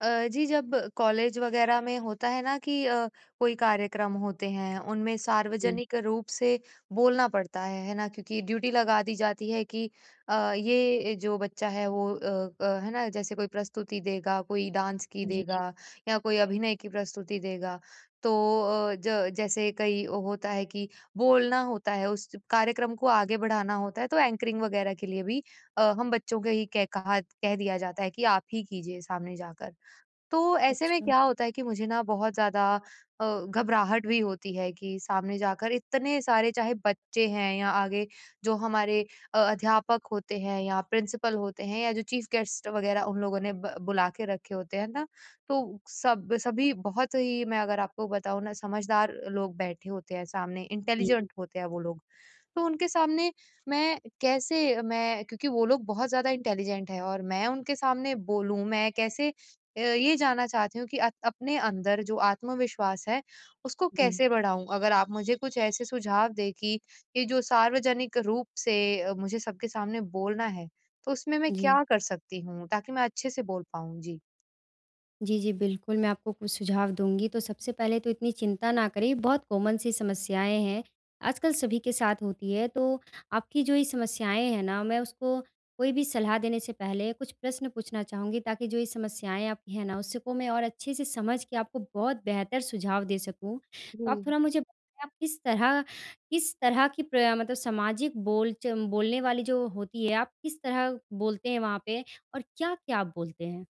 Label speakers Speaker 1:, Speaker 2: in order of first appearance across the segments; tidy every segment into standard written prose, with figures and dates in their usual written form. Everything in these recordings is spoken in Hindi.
Speaker 1: जी, जब कॉलेज वगैरह में होता है ना कि कोई कार्यक्रम होते हैं, उनमें
Speaker 2: जी,
Speaker 1: सार्वजनिक रूप से बोलना पड़ता है ना? क्योंकि ड्यूटी लगा दी जाती है कि ये जो बच्चा है वो है ना? जैसे कोई प्रस्तुति देगा, कोई डांस की,
Speaker 2: जी।
Speaker 1: देगा या कोई अभिनय की प्रस्तुति देगा। तो ज जैसे कई होता है कि बोलना होता है, उस कार्यक्रम को आगे बढ़ाना होता है, तो एंकरिंग वगैरह के लिए भी हम बच्चों के ही कह दिया जाता है कि आप ही कीजिए सामने जाकर। तो ऐसे में
Speaker 2: अच्छा।
Speaker 1: क्या होता है कि मुझे ना बहुत ज़्यादा घबराहट भी होती है कि सामने जाकर इतने सारे चाहे बच्चे हैं या आगे जो हमारे अध्यापक होते हैं या प्रिंसिपल होते हैं या जो चीफ गेस्ट वगैरह उन लोगों ने बुला के रखे होते हैं ना। तो सब सभी बहुत ही, मैं अगर आपको बताऊं ना, समझदार लोग बैठे होते हैं सामने,
Speaker 2: जी,
Speaker 1: इंटेलिजेंट होते हैं वो लोग। तो उनके सामने मैं, क्योंकि वो लोग बहुत ज्यादा इंटेलिजेंट है और मैं उनके सामने बोलूं मैं कैसे, ये जानना चाहती हूँ कि अपने अंदर जो आत्मविश्वास है, उसको
Speaker 2: जी,
Speaker 1: कैसे बढ़ाऊँ? अगर आप मुझे कुछ ऐसे सुझाव दें कि ये जो सार्वजनिक रूप से मुझे सबके सामने बोलना है, तो उसमें मैं
Speaker 2: जी।
Speaker 1: क्या कर सकती हूँ, ताकि मैं अच्छे से बोल पाऊँ?
Speaker 2: जी, जी, बिल्कुल, मैं आपको कुछ सुझाव दूँगी। तो सबसे पहले तो इतनी चिंता ना करें, बहुत कॉमन सी समस्याएँ हैं, आजकल सभी के साथ होती है। तो आपकी जो ये समस्याएँ हैं ना, मैं उसको कोई भी सलाह देने से पहले कुछ प्रश्न पूछना चाहूँगी, ताकि जो ये समस्याएँ आपकी हैं ना, उसको मैं और अच्छे से समझ के आपको बहुत बेहतर सुझाव दे सकूँ। तो आप
Speaker 1: जी।
Speaker 2: थोड़ा मुझे बताएँ, आप किस तरह की प्र मतलब सामाजिक बोलने वाली जो होती है, आप किस तरह बोलते हैं वहाँ पे और क्या-क्या आप बोलते हैं?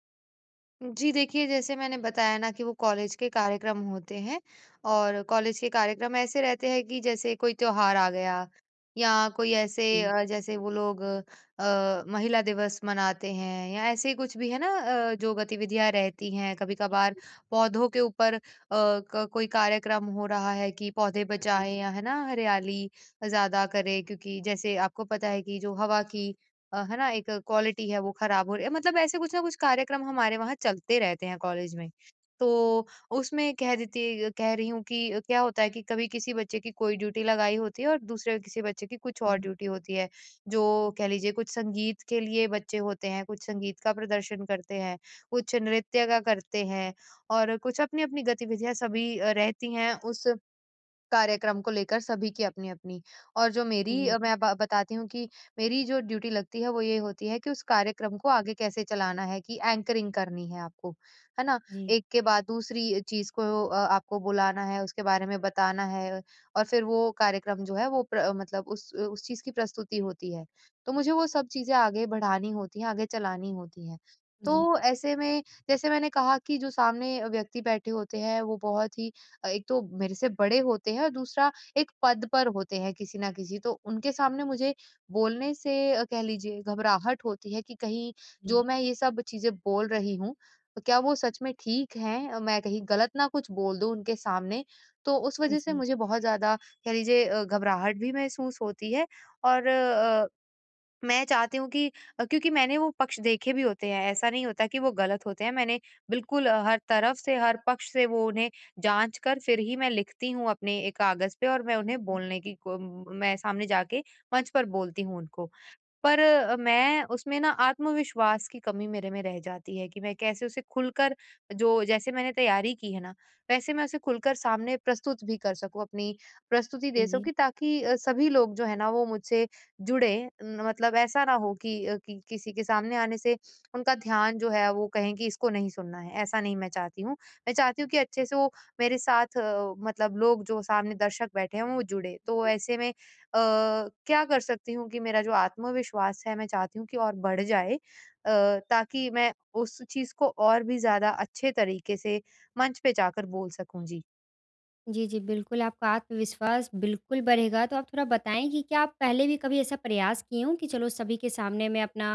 Speaker 1: जी देखिए, जैसे मैंने बताया ना कि वो कॉलेज के कार्यक्रम होते हैं और कॉलेज के कार्यक्रम ऐसे रहते हैं कि जैसे कोई त्योहार आ गया या कोई ऐसे,
Speaker 2: जी।
Speaker 1: जैसे वो लोग महिला दिवस मनाते हैं या ऐसे ही कुछ भी है ना। जो गतिविधियां रहती हैं कभी-कभार पौधों के ऊपर, कोई कार्यक्रम हो रहा है कि पौधे
Speaker 2: जी,
Speaker 1: बचाएं या, है ना, हरियाली ज्यादा करें, क्योंकि जैसे आपको पता है कि जो हवा की है ना, एक क्वालिटी है वो खराब हो रही है। मतलब ऐसे कुछ ना कुछ कार्यक्रम हमारे वहाँ चलते रहते हैं कॉलेज में। तो उसमें कह रही हूँ कि क्या होता है कि कभी किसी बच्चे की कोई ड्यूटी लगाई होती है और दूसरे किसी बच्चे की कुछ और
Speaker 2: जी,
Speaker 1: ड्यूटी होती है। जो कह लीजिए कुछ संगीत के लिए बच्चे होते हैं, कुछ संगीत का प्रदर्शन करते हैं, कुछ नृत्य का करते हैं और कुछ अपनी-अपनी गतिविधियाँ सभी रहती हैं, उस कार्यक्रम को लेकर सभी की अपनी-अपनी। और जो मेरी
Speaker 2: जी,
Speaker 1: मैं ब बताती हूँ कि मेरी जो ड्यूटी लगती है वो ये होती है कि उस कार्यक्रम को आगे कैसे चलाना है, कि एंकरिंग करनी है आपको, है ना?
Speaker 2: जी,
Speaker 1: एक के बाद दूसरी चीज़ को आपको बुलाना है, उसके बारे में बताना है और फिर वो कार्यक्रम जो है वो प्र मतलब उस चीज़ की प्रस्तुति होती है। तो मुझे वो सब चीज़ें आगे बढ़ानी होती हैं, आगे चलानी होती हैं।
Speaker 2: जी,
Speaker 1: तो ऐसे में, जैसे मैंने कहा कि जो सामने व्यक्ति बैठे होते हैं वो बहुत ही एक तो मेरे से बड़े होते हैं और दूसरा एक पद पर होते हैं किसी ना किसी, तो उनके सामने मुझे बोलने से कह लीजिए घबराहट होती है कि कहीं
Speaker 2: जी,
Speaker 1: जो मैं ये सब चीज़ें बोल रही हूँ, क्या वो सच में ठीक हैं? मैं कहीं गलत ना कुछ बोल दूँ उनके सामने, तो उस वज़ह से
Speaker 2: जी,
Speaker 1: मुझे बहुत ज़्यादा, कह लीजिए, घबराहट भी महसूस होती है और मैं चाहती हूँ कि, क्योंकि मैंने वो पक्ष देखे भी होते हैं, ऐसा नहीं होता कि वो गलत होते हैं, मैंने बिल्कुल, हर तरफ से, हर पक्ष से वो उन्हें जाँच कर फिर ही मैं लिखती हूँ अपने एक कागज़ पे और मैं उन्हें बोलने की मैं सामने जाके मंच पर बोलती हूँ उनको। पर मैं उसमें ना आत्मविश्वास की कमी मेरे में रह जाती है कि मैं कैसे उसे खुलकर, जो जैसे मैंने तैयारी की है ना, वैसे मैं उसे खुलकर सामने प्रस्तुत भी कर सकूं, अपनी प्रस्तुति
Speaker 2: जी,
Speaker 1: दे सकूं,
Speaker 2: जी।
Speaker 1: कि ताकि सभी लोग जो है ना वो मुझसे जुड़े, मतलब ऐसा ना हो कि, कि किसी के सामने आने से उनका ध्यान जो है वो कहें कि इसको नहीं सुनना है, ऐसा नहीं मैं चाहती हूँ। मैं चाहती हूँ कि अच्छे से वो मेरे साथ, मतलब लोग जो सामने दर्शक बैठे हैं वो जुड़े। तो ऐसे में अ, क्या कर सकती हूँ कि मेरा जो आत्मविश्वास है मैं चाहती हूँ कि और बढ़ जाए, ताकि मैं उस चीज़ को और भी ज़्यादा अच्छे तरीके से मंच पे जाकर बोल सकूँ। जी।
Speaker 2: जी, जी, बिल्कुल आपका आत्मविश्वास बिल्कुल बढ़ेगा, तो आप थोड़ा बताएँ कि क्या आप पहले भी कभी ऐसा प्रयास किए हों कि चलो सभी के सामने मैं अपना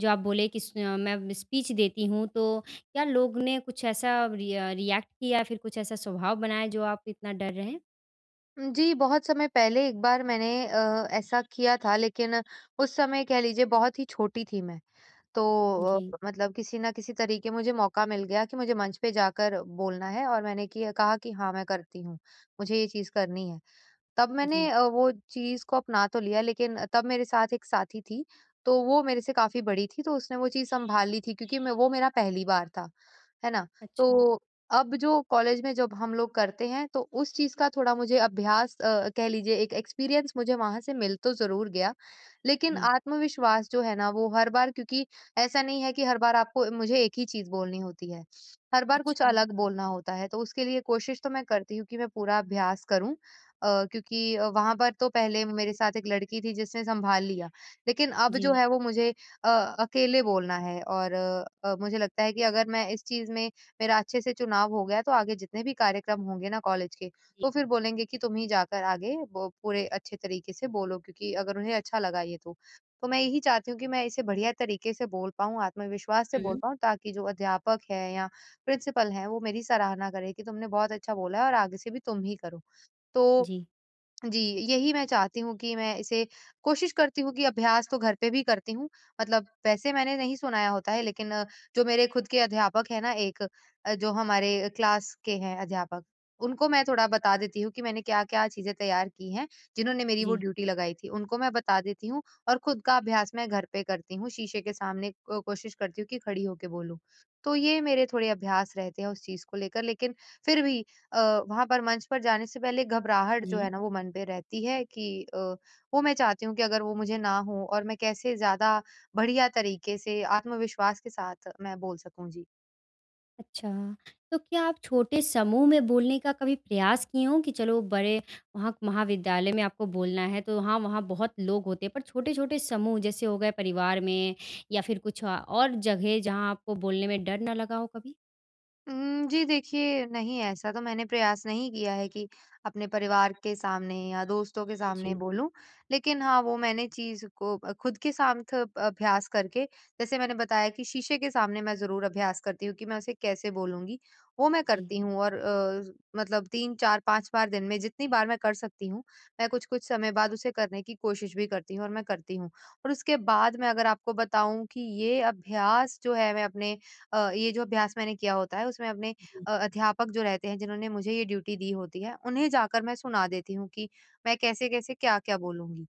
Speaker 2: जो आप बोले कि मैं स्पीच देती हूँ, तो क्या लोग ने कुछ ऐसा रिएक्ट किया या फिर कुछ ऐसा स्वभाव बनाया जो आप इतना डर रहे हैं?
Speaker 1: जी, बहुत समय पहले एक बार मैंने ऐसा किया था, लेकिन उस समय कह लीजिए बहुत ही छोटी थी मैं। तो
Speaker 2: जी,
Speaker 1: मतलब किसी न किसी तरीके मुझे मौका मिल गया कि मुझे मंच पे जाकर बोलना है और मैंने किया कहा कि हाँ, मैं करती हूँ, मुझे ये चीज़ करनी है। तब मैंने
Speaker 2: जी।
Speaker 1: वो चीज़ को अपना तो लिया, लेकिन तब मेरे साथ एक साथी थी, तो वो मेरे से काफ़ी बड़ी थी, तो उसने वो चीज़ सँभाल ली थी क्योंकि मैं, वो, मेरा पहली बार था, है ना?
Speaker 2: अच्छा,
Speaker 1: तो अब जो कॉलेज में जब हम लोग करते हैं तो उस चीज़ का थोड़ा मुझे अभ्यास, कह लीजिए एक एक्सपीरियंस मुझे वहाँ से मिल तो ज़रूर गया, लेकिन
Speaker 2: जी,
Speaker 1: आत्मविश्वास जो है ना वो हर बार, क्योंकि ऐसा नहीं है कि हर बार आपको मुझे एक ही चीज़ बोलनी होती है। हर बार कुछ
Speaker 2: अच्छा,
Speaker 1: अलग बोलना होता है, तो उसके लिए कोशिश तो मैं करती हूँ कि मैं पूरा अभ्यास करूँ, क्योंकि वहाँ पर तो पहले मेरे साथ एक लड़की थी जिसने सँभाल लिया। लेकिन अब जो
Speaker 2: जी,
Speaker 1: है वो मुझे अकेले बोलना है और मुझे लगता है कि अगर मैं इस चीज़ में मेरा अच्छे से चुनाव हो गया तो आगे जितने भी कार्यक्रम होंगे ना कॉलेज के,
Speaker 2: जी,
Speaker 1: तो फिर बोलेंगे कि तुम ही जाकर आगे वो पूरे अच्छे तरीके से बोलो, क्योंकि अगर उन्हें अच्छा लगा ये तो। तो मैं यही चाहती हूँ कि मैं इसे बढ़िया तरीके से बोल पाऊँ, आत्मविश्वास से बोल
Speaker 2: हुँ,
Speaker 1: पाऊँ, ताकि जो अध्यापक है या प्रिंसिपल हैं वो मेरी सराहना करें कि तुमने बहुत अच्छा बोला है और आगे से भी तुम ही करो। तो
Speaker 2: जी,
Speaker 1: जी, यही मैं चाहती हूँ कि मैं इसे, कोशिश करती हूँ कि अभ्यास तो घर पे भी करती हूँ। मतलब वैसे मैंने नहीं सुनाया होता है, लेकिन जो मेरे खुद के अध्यापक हैं ना एक, जो हमारे क्लास के हैं अध्यापक, उनको मैं थोड़ा बता देती हूँ कि मैंने क्या-क्या चीज़ें तैयार की हैं, जिन्होंने मेरी वो
Speaker 2: जी,
Speaker 1: ड्यूटी लगाई थी। उनको मैं बता देती हूँ और खुद का अभ्यास मैं घर पे करती हूँ, शीशे के सामने को कोशिश करती हूँ कि खड़ी होके बोलूँ। तो ये मेरे थोड़े अभ्यास रहते हैं उस चीज़ को लेकर, लेकिन फिर भी वहाँ पर मंच पर जाने से पहले घबराहट जो है
Speaker 2: जी।
Speaker 1: ना वो मन पे रहती है कि, अ, वो मैं चाहती हूँ कि अगर वो मुझे ना हो और मैं कैसे ज़्यादा बढ़िया तरीके से आत्मविश्वास के साथ मैं बोल सकूँ। जी।
Speaker 2: अच्छा, तो क्या आप छोटे समूह में बोलने का कभी प्रयास किए हों कि चलो बड़े वहाँ महाविद्यालय में आपको बोलना है तो हाँ, वहाँ बहुत लोग होते हैं पर छोटे-छोटे समूह जैसे हो गए परिवार में या फिर कुछ और जगह जहाँ आपको बोलने में डर ना लगा हो कभी?
Speaker 1: जी देखिए, नहीं, ऐसा तो मैंने प्रयास नहीं किया है कि अपने परिवार के सामने या दोस्तों के सामने
Speaker 2: जी,
Speaker 1: बोलूँ। लेकिन हाँ, वो मैंने चीज़ को खुद के साथ अभ्यास करके, जैसे मैंने बताया कि शीशे के सामने मैं ज़रूर अभ्यास करती हूँ कि मैं उसे कैसे बोलूँगी, वो मैं
Speaker 2: जी,
Speaker 1: करती हूँ और मतलब 3, 4, 5 बार दिन में, जितनी बार मैं कर सकती हूँ, मैं कुछ-कुछ समय बाद उसे करने की कोशिश भी करती हूँ और मैं करती हूँ। और उसके बाद मैं, अगर आपको बताऊँ कि ये अभ्यास जो है मैं अपने ये जो अभ्यास मैंने किया होता है उसमें अपने
Speaker 2: जी।
Speaker 1: अध्यापक जो रहते हैं, जिन्होंने मुझे ये ड्यूटी दी होती है, उन्हें जाकर मैं सुना देती हूँ कि मैं कैसे-कैसे क्या-क्या बोलूँगी।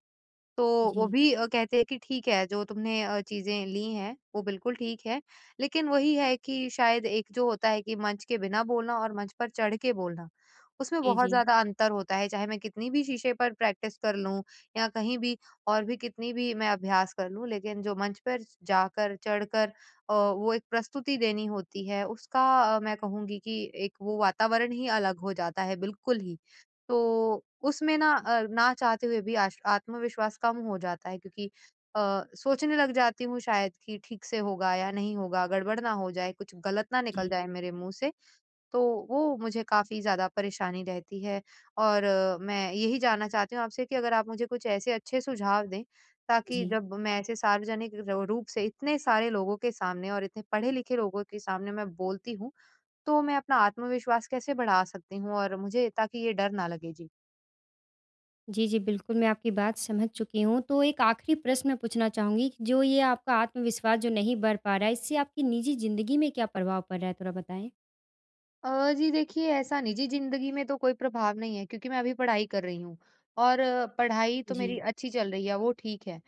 Speaker 1: तो
Speaker 2: जी,
Speaker 1: वो
Speaker 2: जी,
Speaker 1: भी कहते हैं कि ठीक है, जो तुमने चीज़ें ली हैं, वो बिल्कुल ठीक है। लेकिन वही है कि शायद एक जो होता है कि मंच के बिना बोलना और मंच पर चढ़ के बोलना, उसमें बहुत
Speaker 2: जी।
Speaker 1: ज़्यादा अंतर होता है। चाहे मैं कितनी भी शीशे पर प्रैक्टिस कर लूँ या कहीं भी और भी कितनी भी मैं अभ्यास कर लूँ, लेकिन जो मंच पर जाकर, चढ़कर वो एक प्रस्तुति देनी होती है, उसका, मैं कहूँगी कि एक वो वातावरण ही अलग हो जाता है, बिल्कुल ही। तो उसमें ना, ना चाहते हुए भी आश आत्मविश्वास कम हो जाता है क्योंकि सोचने लग जाती हूँ शायद कि ठीक से होगा या नहीं होगा, गड़बड़ ना हो जाए, कुछ गलत ना निकल
Speaker 2: जी,
Speaker 1: जाए मेरे मुँह से, तो वो मुझे काफ़ी ज़्यादा परेशानी रहती है। और मैं यही जानना चाहती हूँ आपसे कि अगर आप मुझे कुछ ऐसे अच्छे सुझाव दें, ताकि
Speaker 2: जी।
Speaker 1: जब मैं ऐसे सार्वजनिक र रूप से इतने सारे लोगों के सामने और इतने पढ़े-लिखे लोगों के सामने मैं बोलती हूँ, तो मैं अपना आत्मविश्वास कैसे बढ़ा सकती हूँ और मुझे ताकि ये डर ना लगे? जी।
Speaker 2: जी, जी, बिल्कुल मैं आपकी बात समझ चुकी हूँ। तो एक आखिरी प्रश्न मैं पूछना चाहूँगी कि जो ये आपका आत्मविश्वास जो नहीं बढ़ पा रहा है इससे आपकी निजी ज़िंदगी में क्या प्रभाव पड़ रहा है थोड़ा बताएँ?
Speaker 1: जी देखिए, ऐसा निजी ज़िंदगी में तो कोई प्रभाव नहीं है क्योंकि मैं अभी पढ़ाई कर रही हूँ और पढ़ाई तो मेरी
Speaker 2: जी।
Speaker 1: अच्छी चल रही है, वो ठीक है।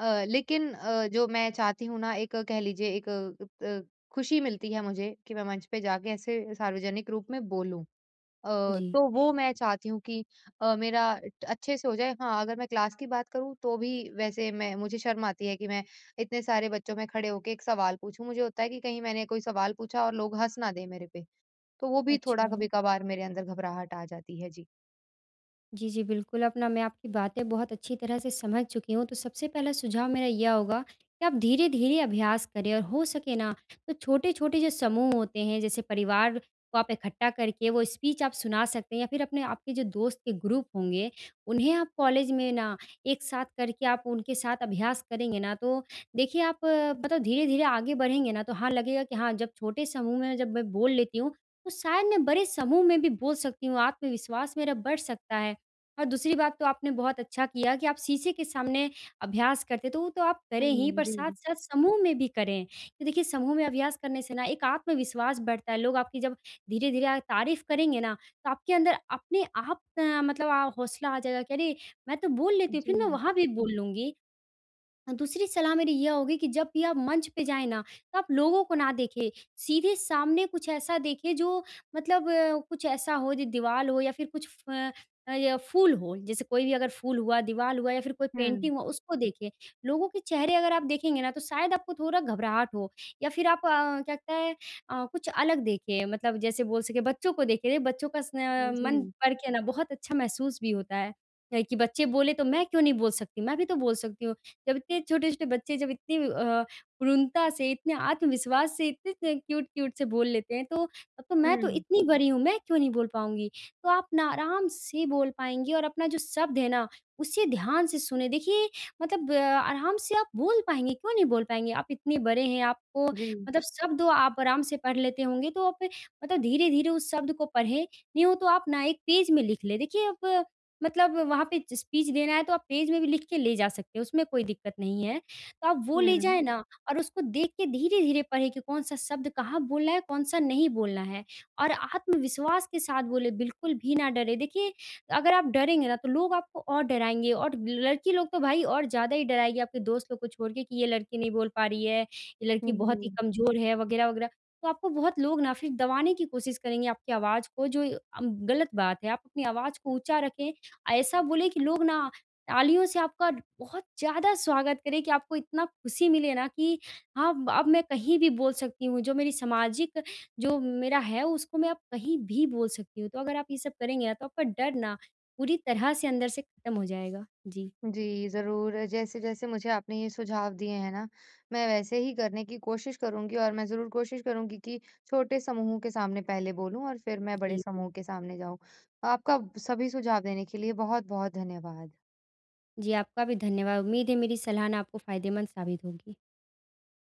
Speaker 1: लेकिन जो मैं चाहती हूँ ना, एक कह लीजिए एक, खुशी मिलती है मुझे कि मैं मंच पे जाके ऐसे सार्वजनिक रूप में बोलूं। अ,
Speaker 2: जी।
Speaker 1: तो वो मैं चाहती हूँ कि मेरा अच्छे से हो जाए। हाँ, अगर मैं क्लास की बात करूँ तो भी वैसे मैं, मुझे शर्म आती है कि मैं इतने सारे बच्चों में खड़े होके एक सवाल पूछूं, मुझे होता है कि कहीं मैंने कोई सवाल पूछा और लोग हंस ना दे मेरे पे, तो वो भी थोड़ा
Speaker 2: अच्छा।
Speaker 1: कभी-कभार मेरे अंदर घबराहट आ जाती है। जी।
Speaker 2: जी, जी, बिल्कुल, अब ना मैं आपकी बातें बहुत अच्छी तरह से समझ चुकी हूँ, तो सबसे पहला सुझाव मेरा ये होगा कि आप धीरे-धीरे अभ्यास करें और हो सके ना, तो छोटे-छोटे जो समूह होते हैं, जैसे परिवार को आप इकट्ठा करके वो स्पीच आप सुना सकते हैं या फिर अपने आपके जो दोस्त के ग्रुप होंगे, उन्हें आप कॉलेज में ना एक साथ करके आप उनके साथ अभ्यास करेंगे ना, तो देखिए आप मतलब धीरे-धीरे आगे बढ़ेंगे ना, तो हाँ, लगेगा कि हाँ, जब छोटे समूह में जब मैं बोल लेती हूँ, तो शायद मैं बड़े समूह में भी बोल सकती हूँ, आत्मविश्वास मेरा बढ़ सकता है। और दूसरी बात तो आपने बहुत अच्छा किया कि आप शीशे के सामने अभ्यास करते तो वो तो आप करें ही
Speaker 1: हुँ,
Speaker 2: पर
Speaker 1: जी, जी।
Speaker 2: साथ-साथ समूह में भी करें। तो देखिए समूह में अभ्यास करने से ना एक आत्मविश्वास बढ़ता है, लोग आपकी जब धीरे-धीरे आ तारीफ़ करेंगे ना तो आपके अंदर अपने आप मतलब आ हौसला आ जाएगा कि अरे! मैं तो बोल लेती हूँ फिर मैं वहाँ भी बोल लूँगी। दूसरी सलाह मेरी ये होगी कि जब भी आप मंच पे जाएँ ना, तो आप लोगों को ना देखें, सीधे सामने कुछ ऐसा देखें जो मतलब कुछ ऐसा हो जो दीवाल हो या फिर कुछ या फूल हो, जैसे कोई भी अगर फूल हुआ, दीवाल हुआ या फिर कोई
Speaker 1: हुँ।
Speaker 2: पेंटिंग हुआ, उसको देखें। लोगों के चेहरे अगर आप देखेंगे ना, तो शायद आपको थोड़ा घबराहट हो या फिर आप क्या कहते हैं कुछ अलग देखें, मतलब जैसे बोल सकें बच्चों को देखें, बच्चों का
Speaker 1: जी।
Speaker 2: मन पढ़ के ना बहुत अच्छा महसूस भी होता है। कि बच्चे बोले तो मैं क्यों नहीं बोल सकती? मैं भी तो बोल सकती हूँ। जब इतने छोटे-छोटे बच्चे जब इतनी पूर्णता से, इतने आत्मविश्वास से, इतने-इतने क्यूट-क्यूट से बोल लेते हैं, तो तब तो मैं तो
Speaker 1: हुँ,
Speaker 2: इतनी बड़ी हूँ, मैं क्यों नहीं बोल पाऊँगी? तो आप ना आराम से बोल पाएँगी और अपना जो शब्द है ना, उसे ध्यान से सुनें। देखिए, मतलब आराम से आप बोल पाएँगे, क्यों नहीं बोल पाएँगे? आप इतने बड़े हैं, आपको
Speaker 1: जी।
Speaker 2: मतलब शब्द आप आराम से पढ़ लेते होंगे, तो आप मतलब धीरे-धीरे उस शब्द को पढ़ें, नहीं हो तो आप ना एक पेज में लिख लें। देखिए, आप मतलब वहाँ पे ज स्पीच देना है तो आप पेज में भी लिख के ले जा सकते हो, उसमें कोई दिक्कत नहीं है। तो आप वो ले जाएँ ना और उसको देख के धीरे-धीरे पढ़ें कि कौन-सा शब्द कहाँ बोलना है, कौन-सा नहीं बोलना है और आत्मविश्वास के साथ बोलें, बिल्कुल भी ना डरें। देखिए, अगर आप डरेंगे ना तो लोग आपको और डराएँगे और लड़की लोग तो भाई और ज़्यादा ही डराएगी आपके दोस्त लोग को छोड़ के कि ये लड़की नहीं बोल पा रही है, ये लड़की
Speaker 1: हुँ,
Speaker 2: बहुत ही
Speaker 1: जी।
Speaker 2: कमज़ोर है वग़ैरह-वग़ैरह। तो आपको बहुत लोग ना फिर दबाने की कोशिश करेंगे आपकी आवाज़ को जो गलत बात है। आप अपनी आवाज़ को ऊँचा रखें ऐसा बोले कि लोग ना तालियों से आपका बहुत ज़्यादा स्वागत करें कि आपको इतना खुशी मिले ना कि हाँ, अब मैं कहीं भी बोल सकती हूँ, जो मेरी सामाजिक जो मेरा है उसको मैं अब कहीं भी बोल सकती हूँ। तो अगर आप ये सब करेंगे ना तो आपका डर ना पूरी तरह से अंदर से खत्म हो जाएगा। जी।
Speaker 1: जी, ज़रूर। जैसे-जैसे मुझे आपने ये सुझाव दिए हैं ना, मैं वैसे ही करने की कोशिश करूँगी और मैं ज़रूर कोशिश करूँगी कि छोटे समूहों के सामने पहले बोलूँ और फिर मैं बड़े
Speaker 2: जी।
Speaker 1: समूह के सामने जाऊँ। आपका सभी सुझाव देने के लिए बहुत-बहुत धन्यवाद।
Speaker 2: जी, आपका भी धन्यवाद। उम्मीद है मेरी सलाह ना आपको फ़ायदेमंद साबित होगी।